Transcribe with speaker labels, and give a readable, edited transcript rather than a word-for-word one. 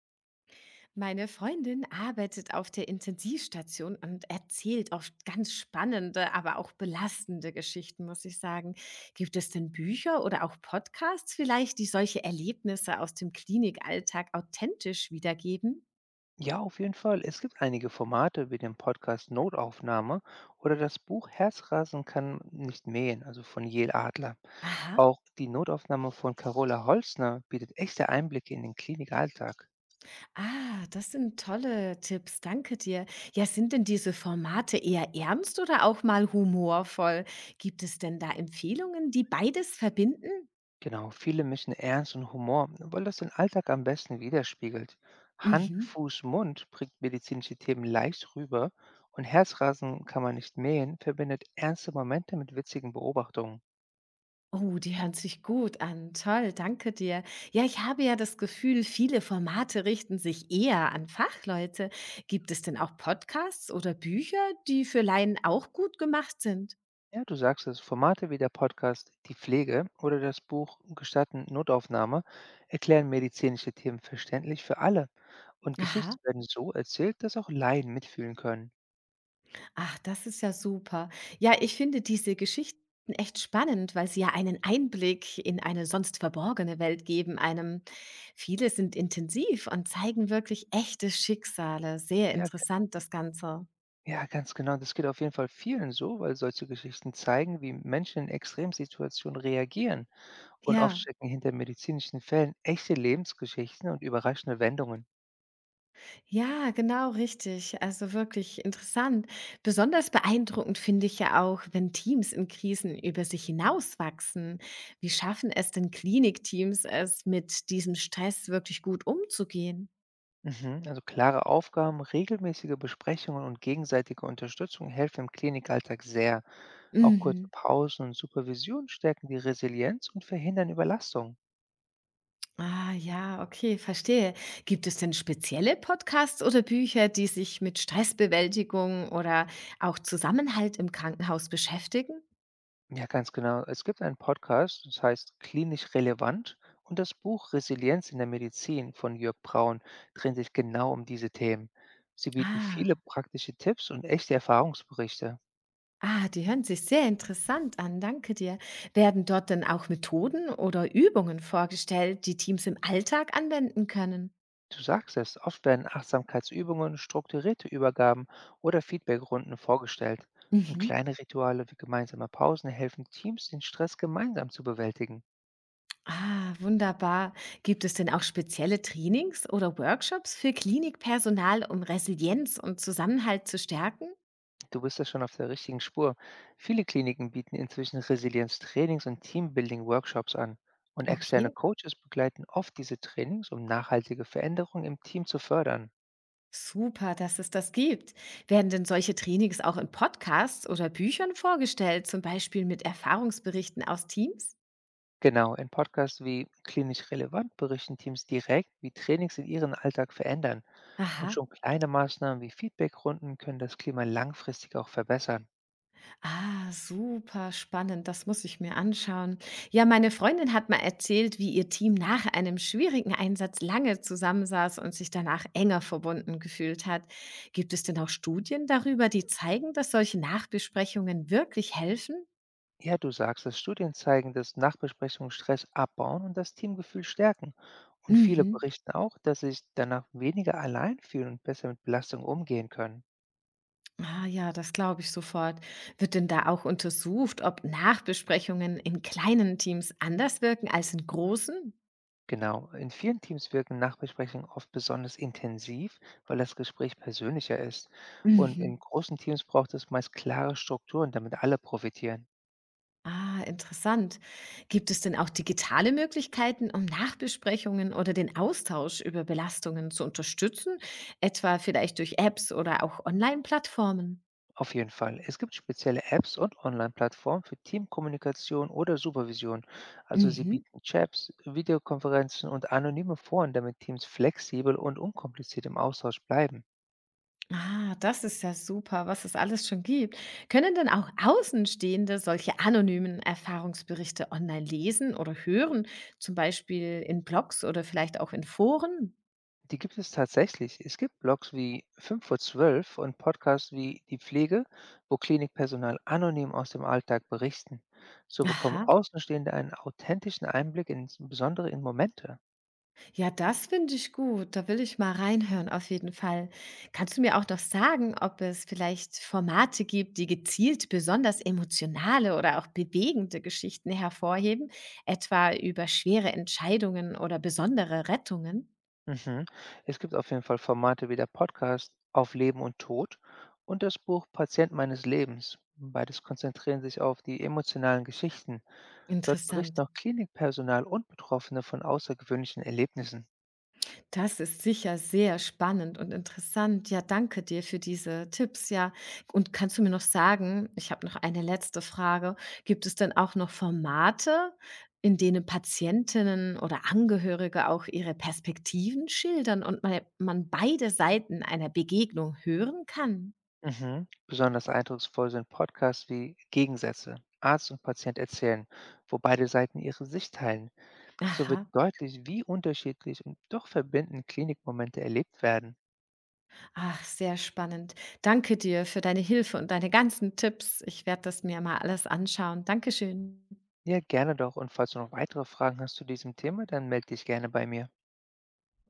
Speaker 1: Meine Freundin arbeitet auf der Intensivstation und erzählt oft ganz spannende, aber auch belastende Geschichten, muss ich sagen. Gibt es denn Bücher oder auch Podcasts vielleicht, die solche Erlebnisse aus dem Klinikalltag authentisch wiedergeben?
Speaker 2: Ja, auf jeden Fall. Es gibt einige Formate wie den Podcast Notaufnahme oder das Buch Herzrasen kann nicht mähen, also von Jel Adler.
Speaker 1: Aha,
Speaker 2: Auch die Notaufnahme von Carola Holzner bietet echte Einblicke in den Klinikalltag.
Speaker 1: ah, das sind tolle Tipps, danke dir. Ja, sind denn diese Formate eher ernst oder auch mal humorvoll? Gibt es denn da Empfehlungen, die beides verbinden?
Speaker 2: Genau, viele mischen Ernst und Humor, weil das den Alltag am besten widerspiegelt. Hand,
Speaker 1: Mhm.
Speaker 2: Fuß, Mund bringt medizinische Themen leicht rüber und Herzrasen kann man nicht mähen verbindet ernste Momente mit witzigen Beobachtungen.
Speaker 1: Oh, die hören sich gut an. Toll, danke dir. Ja, ich habe ja das Gefühl, viele Formate richten sich eher an Fachleute. Gibt es denn auch Podcasts oder Bücher, die für Laien auch gut gemacht sind?
Speaker 2: Ja, du sagst es, Formate wie der Podcast Die Pflege oder das Buch Gestatten Notaufnahme erklären medizinische Themen verständlich für alle. Und
Speaker 1: Aha,
Speaker 2: Geschichten werden so erzählt, dass auch Laien mitfühlen können.
Speaker 1: ach, das ist ja super. Ja, ich finde diese Geschichten echt spannend, weil sie ja einen Einblick in eine sonst verborgene Welt geben einem. Viele sind intensiv und zeigen wirklich echte Schicksale. Sehr
Speaker 2: Ja, g-
Speaker 1: interessant das Ganze.
Speaker 2: ja, ganz genau. Das geht auf jeden Fall vielen so, weil solche Geschichten zeigen, wie Menschen in Extremsituationen reagieren. Und oft
Speaker 1: Ja.
Speaker 2: stecken hinter medizinischen Fällen echte Lebensgeschichten und überraschende Wendungen.
Speaker 1: Ja, genau, richtig. Also wirklich interessant. Besonders beeindruckend finde ich ja auch, wenn Teams in Krisen über sich hinauswachsen. Wie schaffen es denn Klinikteams, es mit diesem Stress wirklich gut umzugehen?
Speaker 2: Mhm. Also klare Aufgaben, regelmäßige Besprechungen und gegenseitige Unterstützung helfen im Klinikalltag sehr. Auch kurze
Speaker 1: Mhm.
Speaker 2: Pausen und Supervision stärken die Resilienz und verhindern Überlastung.
Speaker 1: Ah, ja, okay, verstehe. Gibt es denn spezielle Podcasts oder Bücher, die sich mit Stressbewältigung oder auch Zusammenhalt im Krankenhaus beschäftigen?
Speaker 2: Ja, ganz genau. Es gibt einen Podcast, das heißt Klinisch Relevant, und das Buch Resilienz in der Medizin von Jörg Braun dreht sich genau um diese Themen. Sie bieten viele
Speaker 1: Ah.
Speaker 2: praktische Tipps und echte Erfahrungsberichte.
Speaker 1: Ah, die hören sich sehr interessant an, danke dir. Werden dort denn auch Methoden oder Übungen vorgestellt, die Teams im Alltag anwenden können?
Speaker 2: Du sagst es, oft werden Achtsamkeitsübungen, strukturierte Übergaben oder Feedbackrunden vorgestellt. Und
Speaker 1: Mhm.
Speaker 2: kleine Rituale wie gemeinsame Pausen helfen Teams, den Stress gemeinsam zu bewältigen.
Speaker 1: Ah, wunderbar. Gibt es denn auch spezielle Trainings oder Workshops für Klinikpersonal, um Resilienz und Zusammenhalt zu stärken?
Speaker 2: Du bist da schon auf der richtigen Spur. Viele Kliniken bieten inzwischen Resilienztrainings und Teambuilding-Workshops an. Und externe
Speaker 1: Okay,
Speaker 2: Coaches begleiten oft diese Trainings, um nachhaltige Veränderungen im Team zu fördern.
Speaker 1: super, dass es das gibt. Werden denn solche Trainings auch in Podcasts oder Büchern vorgestellt, zum Beispiel mit Erfahrungsberichten aus Teams?
Speaker 2: Genau, in Podcasts wie Klinisch Relevant berichten Teams direkt, wie Trainings in ihren Alltag verändern. Und
Speaker 1: Aha.
Speaker 2: schon kleine Maßnahmen wie Feedbackrunden können das Klima langfristig auch verbessern.
Speaker 1: Ah, super spannend, das muss ich mir anschauen. Ja, meine Freundin hat mal erzählt, wie ihr Team nach einem schwierigen Einsatz lange zusammensaß und sich danach enger verbunden gefühlt hat. Gibt es denn auch Studien darüber, die zeigen, dass solche Nachbesprechungen wirklich helfen?
Speaker 2: Ja, du sagst es. Studien zeigen, dass Nachbesprechungen Stress abbauen und das Teamgefühl stärken. Und viele
Speaker 1: Mhm.
Speaker 2: berichten auch, dass sie sich danach weniger allein fühlen und besser mit Belastung umgehen können.
Speaker 1: Ah ja, das glaube ich sofort. Wird denn da auch untersucht, ob Nachbesprechungen in kleinen Teams anders wirken als in großen?
Speaker 2: Genau, in vielen Teams wirken Nachbesprechungen oft besonders intensiv, weil das Gespräch persönlicher ist. Und in
Speaker 1: Mhm.
Speaker 2: großen Teams braucht es meist klare Strukturen, damit alle profitieren.
Speaker 1: Ah, interessant. Gibt es denn auch digitale Möglichkeiten, um Nachbesprechungen oder den Austausch über Belastungen zu unterstützen, etwa vielleicht durch Apps oder auch Online-Plattformen?
Speaker 2: Auf jeden Fall. Es gibt spezielle Apps und Online-Plattformen für Teamkommunikation oder Supervision. Also sie
Speaker 1: Mhm.
Speaker 2: bieten Chats, Videokonferenzen und anonyme Foren, damit Teams flexibel und unkompliziert im Austausch bleiben.
Speaker 1: Ah, das ist ja super, was es alles schon gibt. Können denn auch Außenstehende solche anonymen Erfahrungsberichte online lesen oder hören, zum Beispiel in Blogs oder vielleicht auch in Foren?
Speaker 2: Die gibt es tatsächlich. Es gibt Blogs wie 5 vor 12 und Podcasts wie Die Pflege, wo Klinikpersonal anonym aus dem Alltag berichten. So bekommen
Speaker 1: Aha.
Speaker 2: Außenstehende einen authentischen Einblick in besondere in Momente.
Speaker 1: Ja, das finde ich gut. Da will ich mal reinhören, auf jeden Fall. Kannst du mir auch noch sagen, ob es vielleicht Formate gibt, die gezielt besonders emotionale oder auch bewegende Geschichten hervorheben, etwa über schwere Entscheidungen oder besondere Rettungen?
Speaker 2: Mhm. Es gibt auf jeden Fall Formate wie der Podcast Auf Leben und Tod und das Buch Patient meines Lebens. Beides konzentrieren sich auf die emotionalen Geschichten. Dort
Speaker 1: Interessant.
Speaker 2: berichten auch Klinikpersonal und Betroffene von außergewöhnlichen Erlebnissen.
Speaker 1: Das ist sicher sehr spannend und interessant. Ja, danke dir für diese Tipps. Ja, und kannst du mir noch sagen, ich habe noch eine letzte Frage, gibt es denn auch noch Formate, in denen Patientinnen oder Angehörige auch ihre Perspektiven schildern und man beide Seiten einer Begegnung hören kann?
Speaker 2: Mhm. Besonders eindrucksvoll sind Podcasts wie Gegensätze. Arzt und Patient erzählen, wo beide Seiten ihre Sicht teilen. So wird
Speaker 1: Aha,
Speaker 2: deutlich, wie unterschiedlich und doch verbindend Klinikmomente erlebt werden.
Speaker 1: ach, sehr spannend. Danke dir für deine Hilfe und deine ganzen Tipps. Ich werde das mir mal alles anschauen. Dankeschön.
Speaker 2: Ja, gerne doch. Und falls du noch weitere Fragen hast zu diesem Thema, dann melde dich gerne bei mir.